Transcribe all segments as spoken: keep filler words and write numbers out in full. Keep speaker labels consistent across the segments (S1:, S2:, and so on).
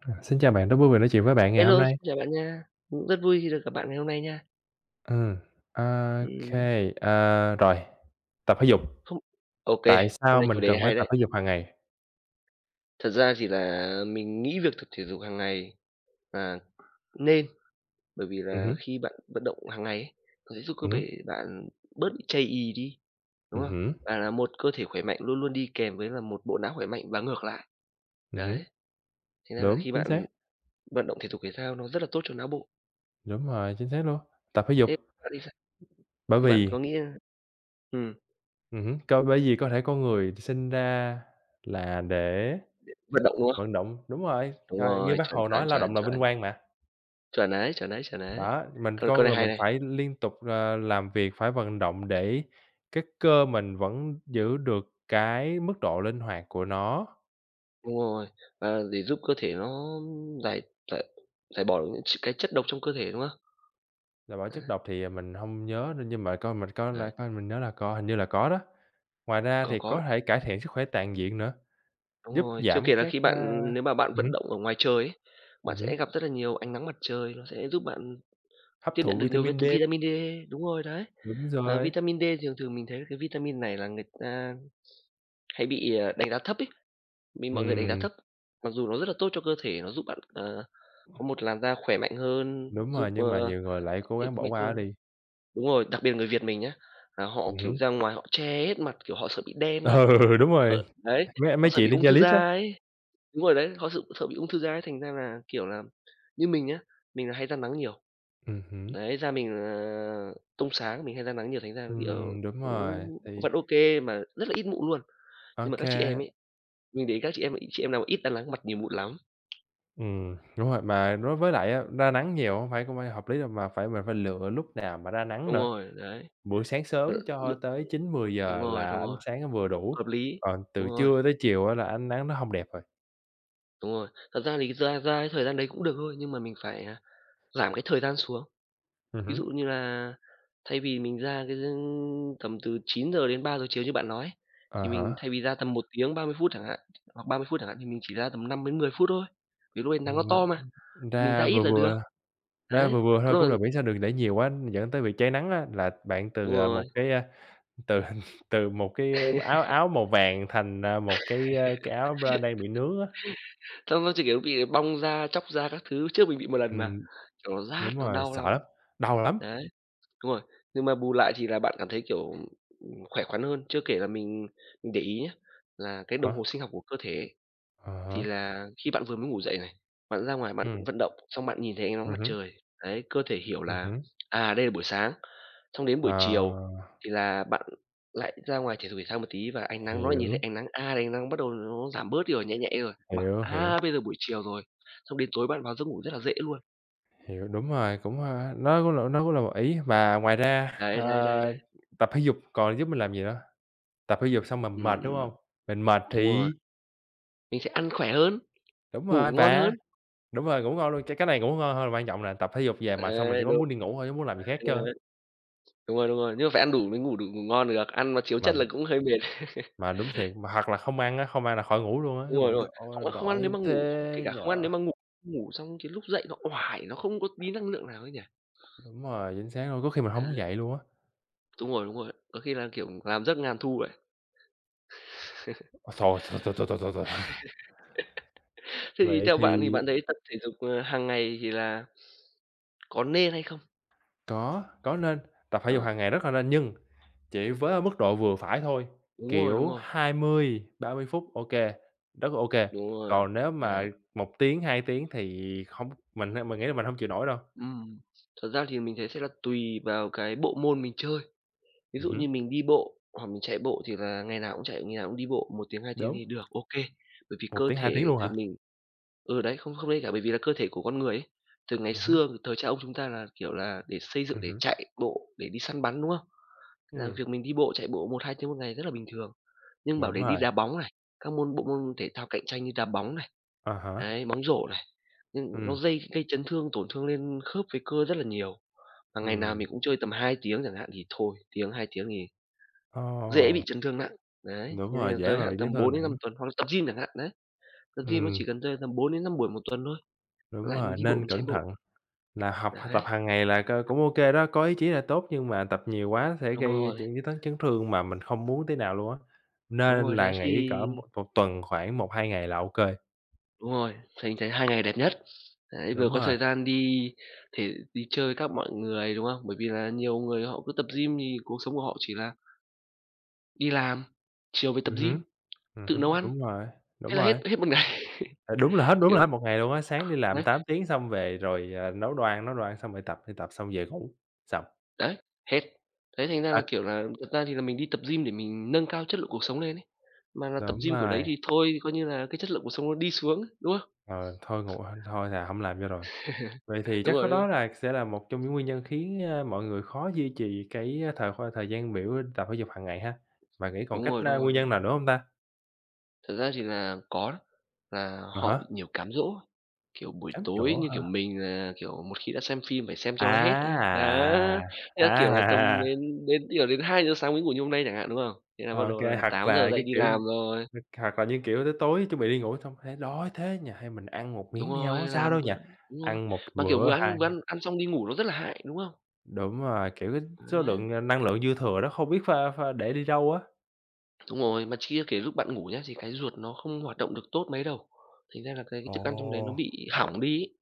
S1: À, xin chào bạn, rất vui vì nói chuyện với bạn ngày hôm
S2: Hello,
S1: nay.
S2: xin chào bạn nha. Cũng rất vui khi được gặp bạn ngày hôm nay nha.
S1: Ừm, OK,
S2: Ừm,
S1: ờ, rồi, tập thể dục,
S2: không, OK,
S1: tại
S2: hôm
S1: sao
S2: nay chủ
S1: mình
S2: đề
S1: cần phải
S2: hay
S1: tập
S2: đấy.
S1: thể dục hàng ngày?
S2: Thật ra thì là mình nghĩ việc tập thể dục hàng ngày là nên, bởi vì
S1: Ừm
S2: là
S1: hứm,
S2: khi bạn vận động hàng ngày ấy, nó sẽ giúp cơ
S1: ừm hứm,
S2: thể bạn bớt bị chây ì đi, đúng
S1: ừm
S2: không?
S1: hứm,
S2: Và là một cơ thể khỏe mạnh luôn luôn đi kèm với là một bộ não khỏe mạnh và ngược lại.
S1: ừm hứm,
S2: Đấy, thế nên là
S1: đúng,
S2: khi
S1: chính xác,
S2: bạn vận động thể dục thể thao nó rất là tốt cho não bộ.
S1: đúng rồi, chính xác luôn. Tập thể dục
S2: Thế bạn thì sao?
S1: bởi
S2: Thì bạn
S1: vì
S2: có nghĩ ừm,
S1: ừm hứm, cơ bởi vì có thể con người sinh ra là để
S2: vận động, đúng không?
S1: vận động đúng rồi,
S2: Đúng
S1: rồi, như
S2: rồi,
S1: Bác
S2: chuẩn,
S1: Hồ nói
S2: chuẩn,
S1: lao
S2: chuẩn,
S1: động là vinh
S2: chuẩn.
S1: quang mà.
S2: Chuẩn đấy, chuẩn đấy, chuẩn đấy.
S1: Đó, mình
S2: Câu câu
S1: con
S2: này
S1: người
S2: hay
S1: mình
S2: này,
S1: phải liên tục, ờ, làm việc, phải vận động để cái cơ mình vẫn giữ được cái mức độ linh hoạt của nó.
S2: đúng rồi, ờ, để giúp cơ thể nó giải giải giải bỏ được những ch cái chất độc trong cơ thể, đúng không?
S1: Là bỏ
S2: Đấy,
S1: chất độc thì, à, mình hông nhớ nữa nhưng mà coi mình coi
S2: đấy,
S1: lại coi mình nhớ là coi hình như là có đó. Ngoài ra
S2: có
S1: thì
S2: có
S1: có
S2: đấy,
S1: thể cải thiện sức khỏe toàn diện nữa,
S2: đúng
S1: giúp
S2: rồi. Chưa
S1: giảm
S2: kể là
S1: các,
S2: khi
S1: a
S2: bạn nếu mà bạn
S1: ừm
S2: vận
S1: hứm,
S2: động ở ngoài trời ấy, bạn
S1: ừm hứm,
S2: sẽ gặp rất là nhiều ánh nắng mặt trời, nó sẽ giúp bạn
S1: hấp
S2: tiếp
S1: thụ
S2: nhận được nhiều vit
S1: vitamin D.
S2: vitamin D, đúng rồi, đấy.
S1: Đúng
S2: Và
S1: rồi,
S2: vitamin D thường thường mình thấy cái vitamin này là người ta hay bị, ờ, đánh giá thấp ấy, bị mọi người đánh giá
S1: ừm,
S2: thấp. Mặc dù nó rất là tốt cho cơ thể, nó giúp bạn, ờ, có một làn da khỏe mạnh hơn,
S1: đúng
S2: giúp,
S1: rồi, nhưng mà
S2: ờ
S1: nhiều người lại cố
S2: thì
S1: gắng bỏ
S2: mình
S1: qua
S2: thôi,
S1: nó đi.
S2: đúng rồi, đặc biệt là người Việt mình nhá, là họ,
S1: Ừm
S2: kiểu, ra
S1: hứm,
S2: ngoài họ che hết mặt, kiểu, họ sợ bị đen ấy,
S1: ừ, đúng
S2: họ
S1: rồi,
S2: đấy,
S1: mấy
S2: họ
S1: mấy
S2: sợ
S1: chị
S2: bị
S1: trên
S2: ung thư
S1: Zalo
S2: da
S1: á.
S2: ấy. Đúng rồi đấy, họ sợ sợ bị ung thư da ấy, thành ra là, kiểu là, như mình nhá, mình là hay ra nắng nhiều,
S1: Ừm hứm.
S2: đấy, da mình, ờ, tông sáng, mình hay ra nắng nhiều thành ra, kiểu,
S1: Ừm, đúng rồi,
S2: cũng
S1: thì
S2: vẫn ô kê mà rất là ít mụn luôn. Nhưng mà các chị em ấy,
S1: ô
S2: mình để ý các chị em chị em nào mà ít ra nắng mặt nhiều mụn lắm.
S1: ừm, đúng rồi, mà đối với lại á, ra nắng nhiều hông phải cũng phải hợp lý đâu, mà phải mình phải lựa lúc nào mà ra nắng
S2: Đúng
S1: nữa.
S2: rồi, đấy,
S1: Buổi sáng
S2: ờ,
S1: sớm cho
S2: lự
S1: tới chín mười
S2: đúng
S1: giờ
S2: rồi,
S1: là
S2: đúng
S1: ánh
S2: rồi,
S1: sáng nó vừa đủ,
S2: hợp lý,
S1: còn
S2: đúng
S1: từ
S2: rồi.
S1: trưa tới chiều á là ánh nắng nó hông đẹp rồi.
S2: Đúng rồi. Thật ra thì ra ra cái thời gian đấy cũng được thôi, nhưng mà mình phải, à, giảm cái thời gian xuống.
S1: Ừm
S2: Ví
S1: hứm,
S2: dụ như là thay vì mình ra cái giấc- tầm từ chín giờ đến ba giờ chiều như bạn nói ấy,
S1: à
S2: thì
S1: há,
S2: mình thay vì ra tầm một tiếng ba mươi phút chẳng hạn, hoặc ba mươi phút chẳng hạn, thì mình chỉ ra tầm năm đến mười phút thôi, vì lúc ấy nắng nó
S1: ừm, ờ,
S2: to mà, thì mình ra
S1: ra
S2: ít
S1: vừa
S2: là được.
S1: vừa, ra
S2: Đấy,
S1: vừa vừa thôi
S2: có
S1: cũng
S2: rồi,
S1: được, miễn sao đừng để nhiều quá dẫn tới bị cháy nắng á, là bạn
S2: đúng
S1: từ, à, một
S2: rồi,
S1: cái, a, từ từ một cái áo áo màu vàng thành, à, một cái, a, cái áo b đang bị nướng á.
S2: xong nó chỉ, kiểu, bị bong da, chóc da các thứ, trước mình bị một lần mà,
S1: Ừm.
S2: kiểu, nó rát,
S1: Đúng
S2: nó
S1: rồi,
S2: đau
S1: sợ
S2: lắm.
S1: lắm, đau lắm.
S2: Đấy. Đúng rồi, nhưng mà bù lại thì là bạn cảm thấy, kiểu, ừm, khỏe khoắn hơn. Chưa kể là mình mình để ý nhé là cái đồng
S1: Hả?
S2: hồ sinh học của cơ thể ấy,
S1: À
S2: thì
S1: há,
S2: là khi bạn vừa mới ngủ dậy này, bạn ra ngoài bạn
S1: ừm,
S2: vận động, xong bạn nhìn thấy ánh nắng
S1: ừm
S2: mặt
S1: hứm,
S2: trời, đấy, cơ thể hiểu
S1: ừm
S2: là,
S1: hứm.
S2: à, đây là buổi sáng, xong đến buổi chiều
S1: Ờ,
S2: thì là bạn lại ra ngoài thể dục thể thao một tí và ánh nắng nó lại nhìn thấy
S1: hiểu,
S2: ánh nắng, à, ánh nắng bắt đầu nó giảm bớt đi rồi, nhẹ nhẹ rồi, bảo:
S1: hiểu, hiểu,
S2: "À, bây giờ buổi chiều rồi." Xong đến tối bạn vào giấc ngủ rất là dễ luôn.
S1: hiểu, đúng rồi, cũng, a nó cũng là nó cũng là một ý. Mà ngoài ra,
S2: Đấy,
S1: ờ,
S2: đấy, đấy, đấy.
S1: tập thể dục còn giúp mình làm gì nữa? Tập thể dục xong mình mệt,
S2: Ừm,
S1: đúng hông?
S2: ừm,
S1: Mình mệt
S2: đúng rồi,
S1: thì
S2: mình sẽ ăn khỏe hơn.
S1: đúng
S2: Ngủ
S1: rồi,
S2: ngon
S1: và
S2: hơn.
S1: đúng rồi, ngủ ngon luôn, cái cái này ngủ ngon hơn là quan trọng nè, tập thể dục về mệt xong là chỉ
S2: Đấy,
S1: có
S2: đúng
S1: muốn đi ngủ thôi, chứ muốn làm gì khác hết
S2: rồi,
S1: trơn á.
S2: đấy. Đúng rồi, đúng rồi, nhưng mà phải ăn đủ mới ngủ đủ ngủ ngon được, ăn mà thiếu
S1: Mà
S2: chất là cũng hơi mệt.
S1: mà đúng thiệt, mà hoặc là không ăn á, không ăn là khỏi ngủ luôn á,
S2: Đúng
S1: cái
S2: rồi,
S1: bụng
S2: đúng rồi,
S1: kêu
S2: không
S1: "Ôi,
S2: không ăn nếu
S1: đói
S2: mà
S1: thế
S2: ngủ, kể cả
S1: nhỉ?"
S2: không ăn nếu mà ngủ ngủ xong cái lúc dậy nó oải, nó không có tí năng lượng nào ấy nhỉ?
S1: Đúng rồi, chính xác luôn, có khi mình hông muốn
S2: Đấy,
S1: dậy luôn á.
S2: đúng rồi, đúng rồi, có khi là, kiểu, làm giấc ngàn thu vậy.
S1: Ôi trời, thôi, thôi, thôi, thôi, thôi, thôi.
S2: Thế thì
S1: Vậy
S2: theo
S1: thì
S2: bạn thì bạn thấy tập thể dục, ờ, hàng ngày thì là có nên hay không?
S1: có, có nên tập thể dục
S2: Ờ,
S1: hàng ngày rất là nên nhưng chỉ với ở mức độ vừa phải thôi,
S2: đúng rồi, đúng
S1: kiểu
S2: rồi,
S1: hai mươi, ba mươi phút, ô kê, rất là ô kê.
S2: đúng rồi.
S1: Còn nếu mà
S2: Đấy,
S1: một tiếng, hai tiếng thì không mình h mình nghĩ là mình hông chịu nổi đâu.
S2: ừm, thật ra thì mình thấy sẽ là tùy vào cái bộ môn mình chơi. Ví
S1: Ừm
S2: dụ
S1: hứm,
S2: như mình đi bộ hoặc mình chạy bộ thì là ngày nào cũng chạy, ngày nào cũng đi bộ một tiếng, hai tiếng
S1: đúng,
S2: thì được, ô kê. Bởi vì
S1: một
S2: cơ
S1: tiếng, hai tiếng
S2: thể
S1: luôn
S2: từ
S1: hả?
S2: mình ừ, đấy, không không nên cả, bởi vì là cơ thể của con người ấy, từ ngày
S1: Ừm hứm,
S2: xưa, từ thời cha ông chúng ta là, kiểu là, để xây dựng
S1: ừm
S2: để
S1: hứm,
S2: chạy bộ, để đi săn bắn, đúng không? Là
S1: ừm,
S2: việc mình đi bộ, chạy bộ một hai tiếng một ngày rất là bình thường. Nhưng bảo
S1: đúng
S2: để đi
S1: rồi,
S2: đá bóng này, các môn bộ môn thể thao cạnh tranh như đá bóng này,
S1: à há,
S2: đấy, bóng rổ này, nhưng nó
S1: ừm,
S2: dây gây chấn thương, tổn thương lên khớp với cơ rất là nhiều. Mà ngày nào
S1: ừm,
S2: mình cũng chơi tầm hai tiếng chẳng hạn thì thôi, tiếng, hai tiếng thì
S1: ồ,
S2: dễ bị chấn thương nặng. Đấy,
S1: đúng
S2: thế nên
S1: rồi,
S2: là
S1: dễ
S2: giới
S1: mà
S2: hạn
S1: bị chấn
S2: tầm bốn
S1: thương
S2: đến
S1: nặng
S2: năm
S1: lắm.
S2: tuần hoặc là tập gym chẳng hạn, đấy. Tập gym nó chỉ
S1: Ừm,
S2: cần rơi tầm bốn đến năm buổi một tuần thôi, còn
S1: đúng
S2: lại mình
S1: rồi,
S2: đi bộ,
S1: nên
S2: mình chạy
S1: cẩn
S2: bộ.
S1: thận. Là học
S2: Đấy,
S1: tập hàng ngày là c cũng ok đó, có ý chí là tốt nhưng mà tập nhiều quá sẽ
S2: đúng
S1: gây
S2: rồi,
S1: chuyện chấn chấn thương mà mình không muốn tí nào luôn á,
S2: đúng
S1: nên
S2: rồi,
S1: là
S2: đấy, thì
S1: nghỉ cỡ một một tuần khoảng một hai ngày là ô
S2: đúng rồi, thành thấy hai ngày đẹp nhất. Đấy, vừa
S1: Đúng
S2: có
S1: rồi,
S2: thời gian đi thể đi chơi các mọi người, đúng không? Bởi vì là nhiều người họ cứ tập gym thì cuộc sống của họ chỉ là đi làm, chiều về tập
S1: ừm hứm,
S2: gym,
S1: ừm
S2: tự
S1: hứm,
S2: nấu ăn,
S1: đúng rồi, đúng
S2: thế là hết
S1: rồi,
S2: hết một ngày,
S1: ờ, đúng là hết đúng là
S2: kiểu
S1: hết một ngày luôn á, sáng đi làm
S2: đấy.
S1: tám tiếng xong về rồi, à, nấu đồ ăn, nấu đồ ăn xong rồi tập, đi tập xong về ngủ, xong,
S2: Đấy, hết. Thế thành ra là,
S1: hết.
S2: kiểu là, thật ra thì là mình đi tập gym để mình nâng cao chất lượng cuộc sống lên ấy, mà là tập
S1: Đúng
S2: gym kiểu đấy
S1: rồi,
S2: thì thôi thì coi như là cái chất lượng cuộc sống nó đi xuống, đúng không?
S1: ờ, thôi ngủ thôi là không làm nữa rồi. Vậy thì
S2: Đúng
S1: chắc có
S2: rồi, đúng
S1: đó
S2: rồi.
S1: là sẽ là một trong những nguyên nhân khiến, a, mọi người khó duy trì cái ờ, thời khoa thời gian biểu tập thể dục hàng ngày ha? Bạn nghĩ còn
S2: Đúng
S1: cách
S2: rồi, đúng
S1: a,
S2: rồi,
S1: nguyên
S2: đấy.
S1: nhân nào nữa không ta?
S2: Thật ra thì là có đó, là
S1: À
S2: họ bị
S1: há,
S2: nhiều cám dỗ ấy, kiểu, buổi
S1: cám
S2: tối
S1: dỗ
S2: như
S1: hả?
S2: kiểu mình là, kiểu, một khi đã xem phim phải xem cho nó hết ấy. Đó,
S1: À,
S2: thế là, kiểu là, tầm
S1: à,
S2: đến đến, kiểu, đến hai giờ sáng mới ngủ như hôm nay chẳng hạn, đúng không? Thế là bắt
S1: ok
S2: đầu là
S1: hoặc
S2: tám giờ
S1: là
S2: dậy
S1: cái
S2: đi
S1: kiểu
S2: làm rồi.
S1: hoặc là như kiểu tới tối chuẩn bị đi ngủ xong thấy đói thế nhỉ, hay mình ăn một
S2: Đúng
S1: miếng đi
S2: rồi,
S1: hông có sao
S2: làm
S1: đâu
S2: bữa
S1: nhỉ?
S2: đúng rồi.
S1: Ăn một
S2: Mà, kiểu,
S1: bữa
S2: vừa
S1: hai
S2: ăn vừa ăn ăn xong đi ngủ nó rất là hại, đúng không?
S1: đúng rồi, kiểu, cái số
S2: Đấy,
S1: lượng, ờ, năng lượng dư thừa đó không biết pha pha để đi đâu á.
S2: đúng rồi, mà chia kể lúc bạn ngủ nhá, thì cái ruột nó không hoạt động được tốt mấy đâu, thành ra là cái cái thức ăn trong đấy nó
S1: Ồ,
S2: bị hỏng đi ấy.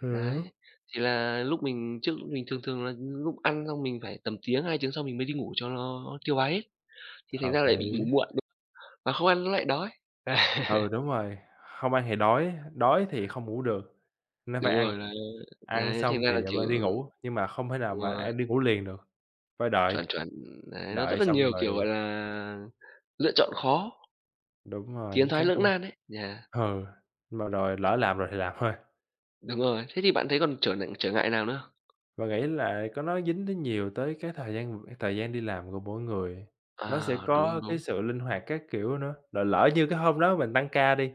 S1: hiểu.
S2: Đấy, thì là lúc mình trước mình thường thường là lúc ăn xong mình phải tầm tiếng, hai tiếng sau mình mới đi ngủ cho nó tiêu hóa hết, thì thành
S1: Hợp
S2: ra lại bị
S1: lý.
S2: ngủ muộn, mà không ăn nó lại đói. Đấy,
S1: Ừ, đúng rồi, hông ăn thì đói, đói thì không ngủ được, nên phải
S2: đúng
S1: ăn,
S2: rồi là,
S1: ăn
S2: đấy, thành
S1: xong
S2: ra là,
S1: thì, à,
S2: kiểu
S1: mới đi
S2: ừ,
S1: ngủ, nhưng mà không thể nào
S2: đúng
S1: mà
S2: rồi,
S1: ăn đi ngủ liền được, phải đợi,
S2: chuẩn, chuẩn. Đấy, nó rất
S1: đợi
S2: là
S1: xong
S2: nhiều,
S1: rồi
S2: kiểu, gọi là, lựa chọn khó,
S1: đúng rồi,
S2: tiến
S1: chính
S2: thoái
S1: xác
S2: lưỡng
S1: luôn.
S2: nan đấy, yeah,
S1: Ừ, mà rồi lỡ làm rồi thì làm thôi.
S2: đúng rồi. Thế thì bạn thấy còn trở nại trở ngại nào nữa không?
S1: Và nghĩ là có nó dính đến nhiều tới cái thời gian thời gian đi làm của mỗi người, nó sẽ
S2: À, đúng,
S1: có cái
S2: đúng.
S1: sự linh hoạt các kiểu nữa, rồi lỡ như cái hôm đó mình tăng ca đi,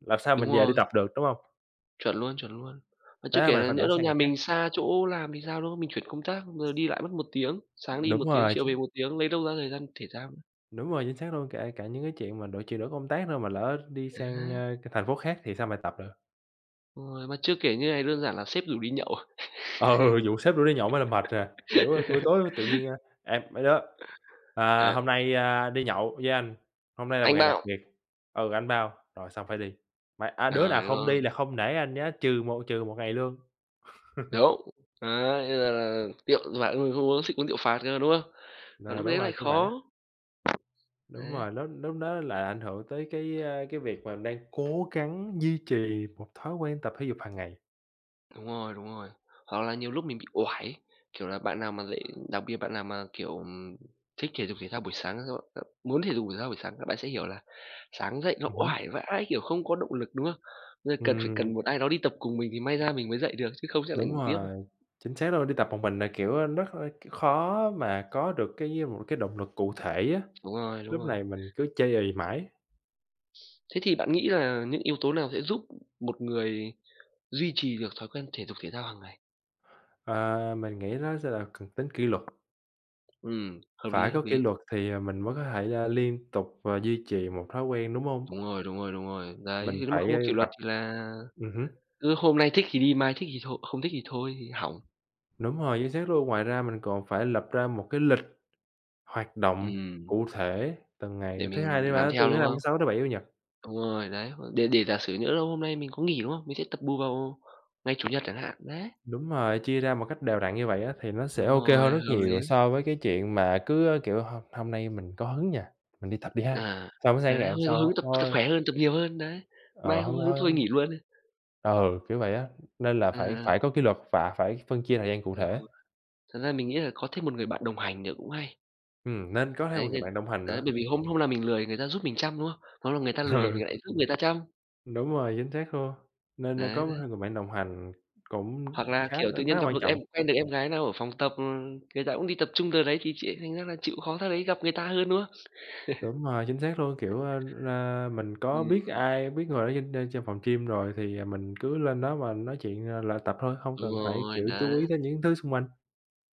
S1: làm sao
S2: Đúng
S1: mình về đi
S2: rồi,
S1: tập được, đúng hông?
S2: chuẩn luôn, chuẩn luôn. Mà
S1: Thế
S2: chưa
S1: là
S2: kể
S1: mình
S2: là
S1: phải
S2: nhỡ
S1: đổi
S2: đâu
S1: sang
S2: nhà
S1: ngày khác.
S2: mình xa chỗ làm thì sao, đúng không? Mình chuyển công tác rồi đi lại mất một tiếng, sáng đi
S1: Đúng
S2: một tiếng,
S1: rồi,
S2: chiều về
S1: chính
S2: một tiếng, lấy đâu ra thời gian thể thao nữa.
S1: Đúng rồi, chính xác luôn, cả cả những cái chuyện mà đổi chuyển đổi công tác thôi mà lỡ đi sang,
S2: Á,
S1: ơ, cái thành phố khác thì sao mà tập được.
S2: đúng rồi, mà chưa kể như này đơn giản là sếp rủ đi nhậu.
S1: Ừ, vụ sếp rủ đi nhậu mới là mệt à, kiểu, ơ, buổi tối tự nhiên, a, "Em, mấy đứa, à,
S2: À,
S1: hôm nay, a, đi nhậu với anh, hôm nay là một
S2: "Anh
S1: ngày đặc
S2: bảo
S1: biệt." "Ừ, anh bao." Rồi xong phải đi, mà, à, "Đứa nào
S2: rồi đúng
S1: không đi
S2: không?
S1: là không nể anh nhá, trừ một trừ một ngày lương."
S2: Đúng, đấy, là là rượu mà, ừ, không uống xịt uống rượu phạt cơ, đúng không? Là
S1: Ờ,
S2: lúc
S1: đúng
S2: đấy lại
S1: rồi, kiểu vậy á,
S2: khó,
S1: đúng
S2: đấy.
S1: rồi, lúc lúc đó là ảnh hưởng tới cái, a, cái việc mà đang cố gắng duy trì một thói quen tập thể dục hàng ngày.
S2: Đúng rồi, đúng rồi. Hoặc là nhiều lúc mình bị uể, kiểu là, bạn nào mà dậy, đặc biệt bạn nào mà, kiểu, ừm, thích thể dục thể thao buổi sáng, các bạn ờ, muốn thể dục thể thao buổi sáng các bạn sẽ hiểu là sáng dậy nó
S1: Ừm hứm,
S2: uể vãi, kiểu, không có động lực, đúng không? Nên cần phải cần
S1: ừm.
S2: một ai đó đi tập cùng mình thì may ra mình mới dậy được, chứ không sẽ lại
S1: Đúng
S2: ngủ tiếp thôi.
S1: rồi, chính xác luôn, đi tập một mình là, kiểu, rất là khó mà có được cái một cái động lực cụ thể á,
S2: Đúng rồi, đúng
S1: lúc
S2: rồi.
S1: này mình cứ chây ì mãi.
S2: Thế thì bạn nghĩ là những yếu tố nào sẽ giúp một người duy trì được thói quen thể dục thể thao hàng ngày?
S1: Ờ, mình nghĩ nó sẽ là cần tính kỷ luật,
S2: Ừm, hợp lý,
S1: phải có
S2: hợp
S1: kỷ
S2: lý.
S1: luật thì, à, mình mới có thể, a, liên tục, và duy trì một thói quen, đúng hông?
S2: Đúng rồi, đúng rồi, đúng rồi. Đấy, thì
S1: Mình
S2: nếu mà
S1: phải,
S2: không có
S1: ơ,
S2: kỷ luật
S1: vạch
S2: thì là
S1: ừm hứm,
S2: cứ hôm nay thích thì đi, mai thích thì thôi, không thích thì thôi thì hỏng.
S1: đúng rồi, chính xác luôn. Ngoài ra mình còn phải lập ra một cái lịch hoạt động
S2: Ừm,
S1: cụ thể từng ngày,
S2: để
S1: thứ Hai,
S2: mình
S1: thứ
S2: làm
S1: Ba, thứ Tư,
S2: theo,
S1: thứ
S2: đúng
S1: Năm, thứ
S2: không?
S1: Sáu, thứ Bảy, Chủ nhật.
S2: Đúng rồi, đấy, để để giả sử nhỡ đâu hôm nay mình có nghỉ, đúng không? Mình sẽ tập bù vào ngày Chủ nhật chẳng hạn, đấy.
S1: Đúng rồi, chia ra một cách đều đặn như vậy á, thì nó sẽ
S2: Đúng
S1: ok hơn
S2: rồi,
S1: rất
S2: hợp lý.
S1: nhiều so với cái chuyện mà cứ, ơ, kiểu, "Hôm hôm nay mình có hứng nha, mình đi tập đi ha."
S2: À,
S1: Xong cái
S2: đấy,
S1: sang
S2: đấy,
S1: ngày
S2: hôm
S1: hôm
S2: nay có
S1: sau,
S2: hứng tập tập
S1: "Thôi,
S2: khỏe hơn, tập nhiều hơn, đấy.
S1: ờ,
S2: Mai không
S1: hôm
S2: có hứng
S1: thôi
S2: thôi
S1: hông"
S2: nghỉ luôn.
S1: ừ, kiểu vậy á, nên là
S2: À,
S1: phải
S2: à,
S1: phải có kỷ luật và phải phân chia thời gian cụ
S2: đúng
S1: thể.
S2: rồi. Thật ra mình nghĩ là có thêm một người bạn đồng hành nữa cũng hay.
S1: Ừm, nên có thêm
S2: Đấy,
S1: một người
S2: nên
S1: bạn đồng hành
S2: đấy,
S1: nữa.
S2: bởi vì hôm hôm nào mình lười người ta giúp mình chăm, đúng không? Hôm nào người ta lười mình lại giúp người ta chăm.
S1: Ừ, đúng rồi, chính xác luôn, nên, ơ,
S2: Đấy.
S1: có thêm người bạn đồng hành cũng
S2: Hoặc là,
S1: khá
S2: kiểu,
S1: là
S2: tự
S1: rất
S2: nhiên
S1: là
S2: gặp
S1: quan
S2: được
S1: trọng.
S2: em quen được em gái nào ở phòng tập, ờ, người ta cũng đi tập trung giờ đấy thì chị thành ra là chịu khó ra đấy gặp người ta hơn, đúng không?
S1: Đúng rồi, chính xác luôn, kiểu, ơ, ờ, mình có biết
S2: Ừm,
S1: ai, biết người ở trên trên trên phòng gym rồi thì, à, mình cứ lên đó mà nói chuyện, ờ, luyện tập thôi, không
S2: đúng
S1: cần phải,
S2: rồi,
S1: kiểu, chú
S2: đấy.
S1: ý tới những thứ xung quanh.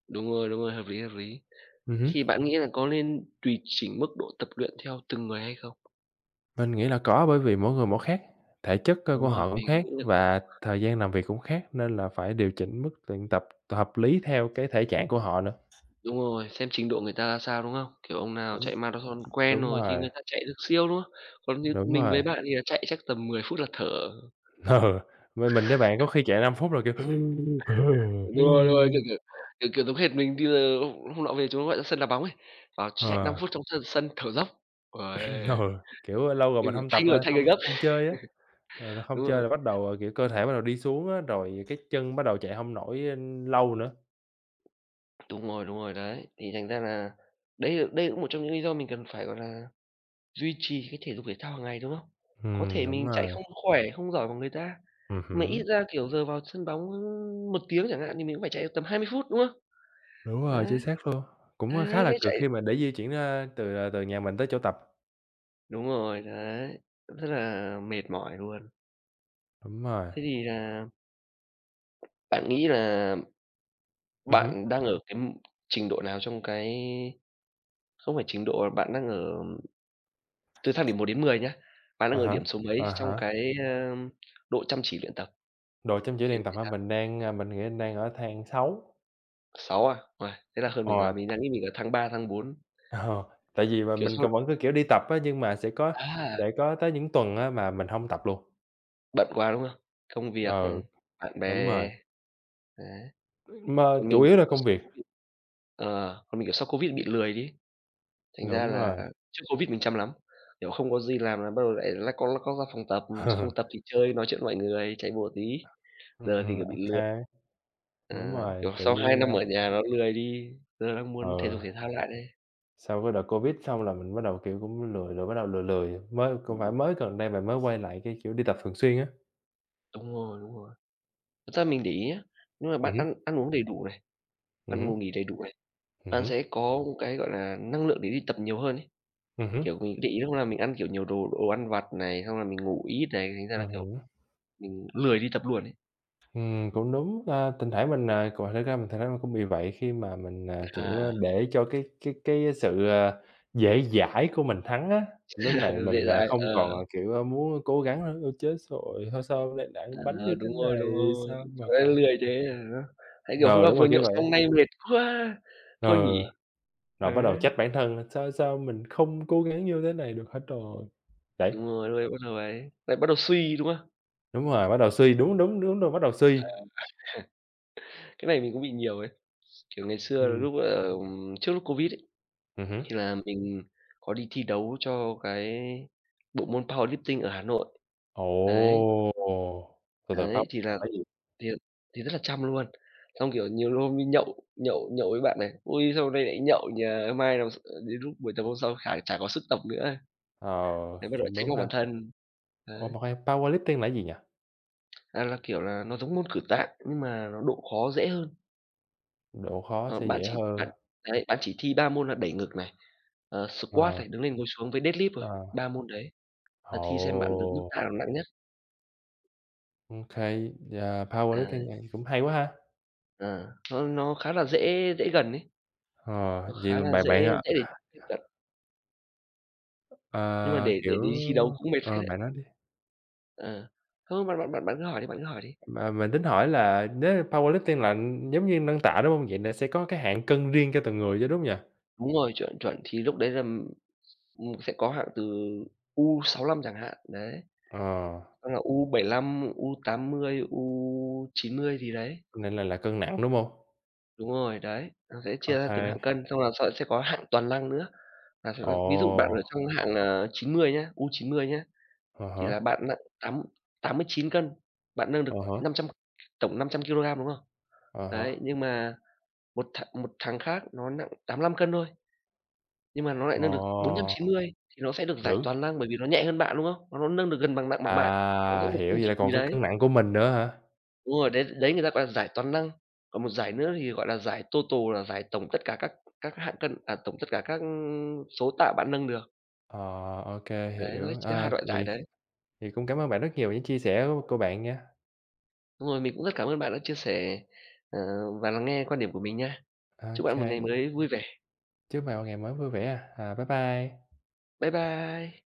S2: Đúng rồi, đúng rồi, hợp lý, hợp lý.
S1: Ừm hứm,
S2: Thì bạn nghĩ là có nên tùy chỉnh mức độ tập luyện theo từng người hay không?
S1: mình nghĩ là có bởi vì mỗi người mỗi khác, thể chất cơ
S2: Đúng
S1: của
S2: rồi,
S1: họ cũng
S2: mình
S1: khác
S2: nghĩ là kh
S1: và thời gian làm việc cũng khác nên là phải điều chỉnh mức luyện tập hợp lý theo cái thể trạng của họ nữa.
S2: đúng rồi, xem trình độ người ta ra sao, đúng không? Kiểu, ông nào
S1: Đúng,
S2: chạy marathon quen
S1: đúng
S2: rồi thì
S1: rồi,
S2: người ta chạy được siêu, đúng không? Còn như
S1: đúng
S2: mình với
S1: rồi,
S2: bạn thì là chạy chắc tầm mười phút là thở.
S1: ừ, m mình với bạn có khi chạy năm phút rồi, kiểu
S2: Đúng rồi, đúng rồi, kiểu, kiểu, kiểu, kiểu, giống hệt mình đi là hôm hôm nọ về chúng nó gọi ra sân đá bóng ấy, vào chạy năm
S1: ờ,
S2: phút trong sân sân thở dốc. Uầy,
S1: ừ, kiểu, lâu rồi
S2: kiểu,
S1: mình
S2: kiểu,
S1: hông
S2: thay
S1: tập, a,
S2: người thay
S1: không
S2: người gấp.
S1: không chơi á. Ờ, Rồi nó không
S2: Đúng rồi.
S1: chơi là bắt đầu, ờ, kiểu, cơ thể bắt đầu đi xuống á, rồi cái chân bắt đầu chạy hông nổi, ơ, lâu nữa.
S2: Đúng rồi, đúng rồi, đấy, thì thành ra là đấy đây cũng một trong những lý do mình cần phải, gọi là, duy trì cái thể dục thể thao hàng ngày, đúng không? Có
S1: Ừm,
S2: thể
S1: đúng
S2: mình chạy
S1: rồi,
S2: không khỏe, không giỏi bằng người ta,
S1: ừm
S2: mà ít
S1: hứm,
S2: ra, kiểu, giờ vào sân bóng, ưm, một tiếng chẳng hạn thì mình cũng phải chạy được tầm hai mươi phút, đúng không?
S1: đúng rồi,
S2: Đấy.
S1: chính xác luôn, cũng,
S2: Đấy,
S1: ơ, khá
S2: đấy,
S1: là
S2: đấy,
S1: cực
S2: chạy
S1: khi mà để di chuyển ra từ, ờ, từ nhà mình tới chỗ tập.
S2: đúng rồi, đấy, rất là mệt mỏi luôn.
S1: Đúng rồi,
S2: Thế thì là bạn nghĩ là
S1: ừm hứm,
S2: bạn đang ở cái m- trình độ nào trong cái không phải trình độ, bạn đang ở từ thang điểm một đến mười nhá, bạn đang
S1: à
S2: ở
S1: há,
S2: điểm số mấy
S1: à
S2: trong
S1: há,
S2: cái, ơ, độ chăm chỉ luyện tập
S1: đồ trong tủ
S2: thể
S1: điện
S2: dục
S1: tập
S2: thể
S1: hả?
S2: thao?
S1: Mình đang, a, mình nghĩ mình đang ở thang sáu
S2: sáu à? Uầy, thế là hơn mình rồi,
S1: Ờ,
S2: mình đang nghĩ mình ở tháng ba tháng bốn
S1: ờ, tại vì mà
S2: kiểu
S1: mình
S2: sao
S1: còn vẫn cứ, kiểu, đi tập á, nhưng mà sẽ có
S2: à,
S1: sẽ có tới những tuần á mà mình hông tập luôn.
S2: bận quá, đúng không? Công việc, ừ,
S1: Ừ,
S2: bạn
S1: đúng
S2: bè.
S1: rồi,
S2: Đấy,
S1: mà
S2: còn
S1: chủ
S2: mình thì,
S1: yếu là
S2: kiểu,
S1: công
S2: sau
S1: việc,
S2: Covid ờ, còn mình, kiểu, sau Covid bị lười đi. Thành ra
S1: đúng rồi,
S2: là trước Covid mình chăm lắm, kiểu, không có gì làm là bắt đầu lại lách con lách cót ra phòng tập, phòng tập thì chơi, nói chuyện với mọi người, chạy bộ tí,
S1: ừm
S2: giờ thì,
S1: hưm,
S2: kiểu, bị
S1: ô
S2: lười.
S1: kê. Đúng
S2: À,
S1: rồi,
S2: kiểu,
S1: tự
S2: sau
S1: nhiên,
S2: hai
S1: a
S2: năm ở nhà nó lười đi, giờ đang muốn thể dục
S1: ừ,
S2: thể thao lại đây.
S1: sau cái đợt Covid xong là mình bắt đầu, kiểu, cũng lười lười, bắt đầu lười lười, mới cũng phải
S2: Ừm,
S1: mới gần đây mình mới quay lại cái kiểu đi tập thường xuyên á.
S2: đúng rồi, đúng rồi. Thật ra mình để ý á, nếu mà bạn
S1: Ừm hứm,
S2: ăn ăn uống đầy đủ này,
S1: ừm
S2: bạn ngủ
S1: hứm,
S2: nghỉ đầy đủ này,
S1: ừm
S2: bạn
S1: hứm,
S2: sẽ có một cái, gọi là, năng lượng để đi tập nhiều hơn ấy.
S1: ừm hứm,
S2: Kiểu, mình để ý lúc nào mình ăn, kiểu, nhiều đồ đồ ăn vặt này, xong là mình ngủ ít này, thành ra là,
S1: ừm
S2: kiểu,
S1: hứm.
S2: mình lười đi tập luôn ấy.
S1: Ừm, cũng đúng, a, thỉnh thoảng mình, à, còn thực ra mình thực ra mình cũng bị vậy khi mà mình, à, kiểu, a,
S2: À,
S1: để cho cái cái cái sự, à, dễ dãi của mình thắng á, lúc này
S2: dễ
S1: mình, à,
S2: dãi,
S1: không
S2: ờ.
S1: còn, à, kiểu, a, muốn cố gắng nữa, "Ôi, chết rồi, thôi sao hôm nay
S2: À,
S1: đạn bánh như thế
S2: đúng rồi,
S1: này,
S2: đúng rồi,
S1: sao mà
S2: trời
S1: còn"
S2: ơi, lười thế à. Đấy, kiểu, hôm
S1: ờ,
S2: qua
S1: đúng
S2: vừa
S1: rồi, kiểu
S2: nhậu
S1: vậy á,
S2: xong nay mệt quá, thôi
S1: ờ.
S2: nghỉ.
S1: Rồi bắt đầu
S2: Đấy,
S1: trách bản thân là "Sao sao mình không cố gắng như thế này được hết rồi Đấy,
S2: đúng rồi, lúc đấy bắt đầu ấy, lại bắt đầu suy, đúng không?
S1: đúng rồi, bắt đầu suy, đúng, đúng, đúng rồi, bắt đầu suy.
S2: Cái này mình cũng bị nhiều ấy. Kiểu, ngày xưa
S1: Ừm,
S2: lúc, ờ, trước lúc Covid ấy,
S1: ừm hứm.
S2: thì là mình có đi thi đấu cho cái bộ môn powerlifting ở Hà Nội. Đấy,
S1: Ồ! Từ từ, pow
S2: đấy, thì là
S1: là gì?
S2: thì thì rất là chăm luôn. Xong, kiểu, nhiều hôm đi nhậu nhậu nhậu với bạn này, ôi, sao hôm nay lại nhậu nhỉ, mai làm s ờ, đến lúc buổi tập hôm sau khả chả có sức tập nữa.
S1: Ờ,
S2: Đấy, bắt đầu
S1: cũng
S2: trách
S1: đúng
S2: móc bản
S1: ha.
S2: thân.
S1: Ủa,
S2: Đấy,
S1: mà khoan, powerlifting là cái gì nhỉ?
S2: à, là, kiểu là, nó giống môn cử tạ nhưng mà nó độ khó dễ hơn.
S1: Độ khó
S2: Ờ,
S1: sẽ
S2: bạn
S1: dễ
S2: chỉ
S1: hơn.
S2: bạn đấy, bạn chỉ thi ba môn là đẩy ngực này, ờ, squat
S1: Ờ,
S2: này, đứng lên ngồi xuống với deadlift thôi,
S1: ờ,
S2: ba môn đấy, và thi xem bạn được mức tạ
S1: ồ,
S2: nào nặng nhất.
S1: ô kê, yeah, powerlifting,
S2: Đấy,
S1: này cũng hay quá ha.
S2: ờ, nó nó khá là dễ dễ gần ấy,
S1: Ờ,
S2: nó
S1: vậy
S2: khá
S1: mà
S2: là
S1: bạn
S2: dễ
S1: bạn, ờ,
S2: dễ để tiếp cận,
S1: ờ,
S2: nhưng mà để để
S1: kiểu
S2: đi thi đấu cũng mệt phết
S1: ờ,
S2: đấy.
S1: bạn nói đi.
S2: Ờ, không, bạn bạn bạn bạn cứ hỏi đi, bạn cứ hỏi đi.
S1: Mà mình tính hỏi là nếu powerlifting là giống như nâng tạ, đúng hông? Vậy là sẽ có cái hạng cân riêng cho từng người chứ, đúng hông nhỉ?
S2: Đúng rồi, chuẩn, chuẩn, thì lúc đấy là, ừm, sẽ có hạng từ u sáu mươi lăm chẳng hạn, đấy.
S1: Ờ,
S2: Hoặc là u bảy lăm u tám mươi u chín mươi gì đấy.
S1: nên là là cân nặng, đúng hông?
S2: Đúng rồi, đấy, nó sẽ chia
S1: Ô
S2: ra
S1: kê.
S2: từng hạng cân, xong là sẽ sẽ có hạng toàn năng nữa, là sẽ
S1: Ồ,
S2: có ví dụ bạn ở trong hạng, ờ, chín mươi nhá, u chín mươi nhá,
S1: à
S2: thì
S1: há,
S2: là bạn nặng tám tám mươi chín cân, bạn nâng được
S1: à há,
S2: năm trăm tổng năm trăm ki lô gam, đúng không?
S1: à
S2: Đấy,
S1: há.
S2: nhưng mà một thằng một thằng khác nó nặng tám lăm cân thôi, nhưng mà nó lại
S1: Ồ,
S2: nâng được bốn trăm chín mươi thì nó sẽ được giải
S1: dữ.
S2: toàn năng bởi vì nó nhẹ hơn bạn, đúng không? Nó nó nâng được gần bằng nặng bằng bạn, nó sẽ
S1: À,
S2: một
S1: hiểu,
S2: công
S1: vậy
S2: thức
S1: là
S2: gì
S1: còn phải
S2: đấy.
S1: cân nặng của mình nữa hả?
S2: Đúng rồi, đấy đấy người ta gọi là giải toàn năng. Còn một giải nữa thì gọi là giải total là giải tổng tất cả các các hạng cân à, tổng tất cả các số tạ bạn nâng được.
S1: Ờ, ô kê,
S2: Đấy, nó
S1: hiểu.
S2: chia hai
S1: À,
S2: loại giải
S1: vậy
S2: đấy.
S1: vậy cũng cảm ơn bạn rất nhiều những chia sẻ của của bạn nha.
S2: Đúng rồi, mình cũng rất cảm ơn bạn đã chia sẻ, ờ, và lắng nghe quan điểm của mình nha.
S1: Ô
S2: Chúc bạn một ngày
S1: kê,
S2: mới vui vẻ.
S1: chúc bạn một ngày mới vui vẻ. À, À, bye bye.
S2: Bye bye.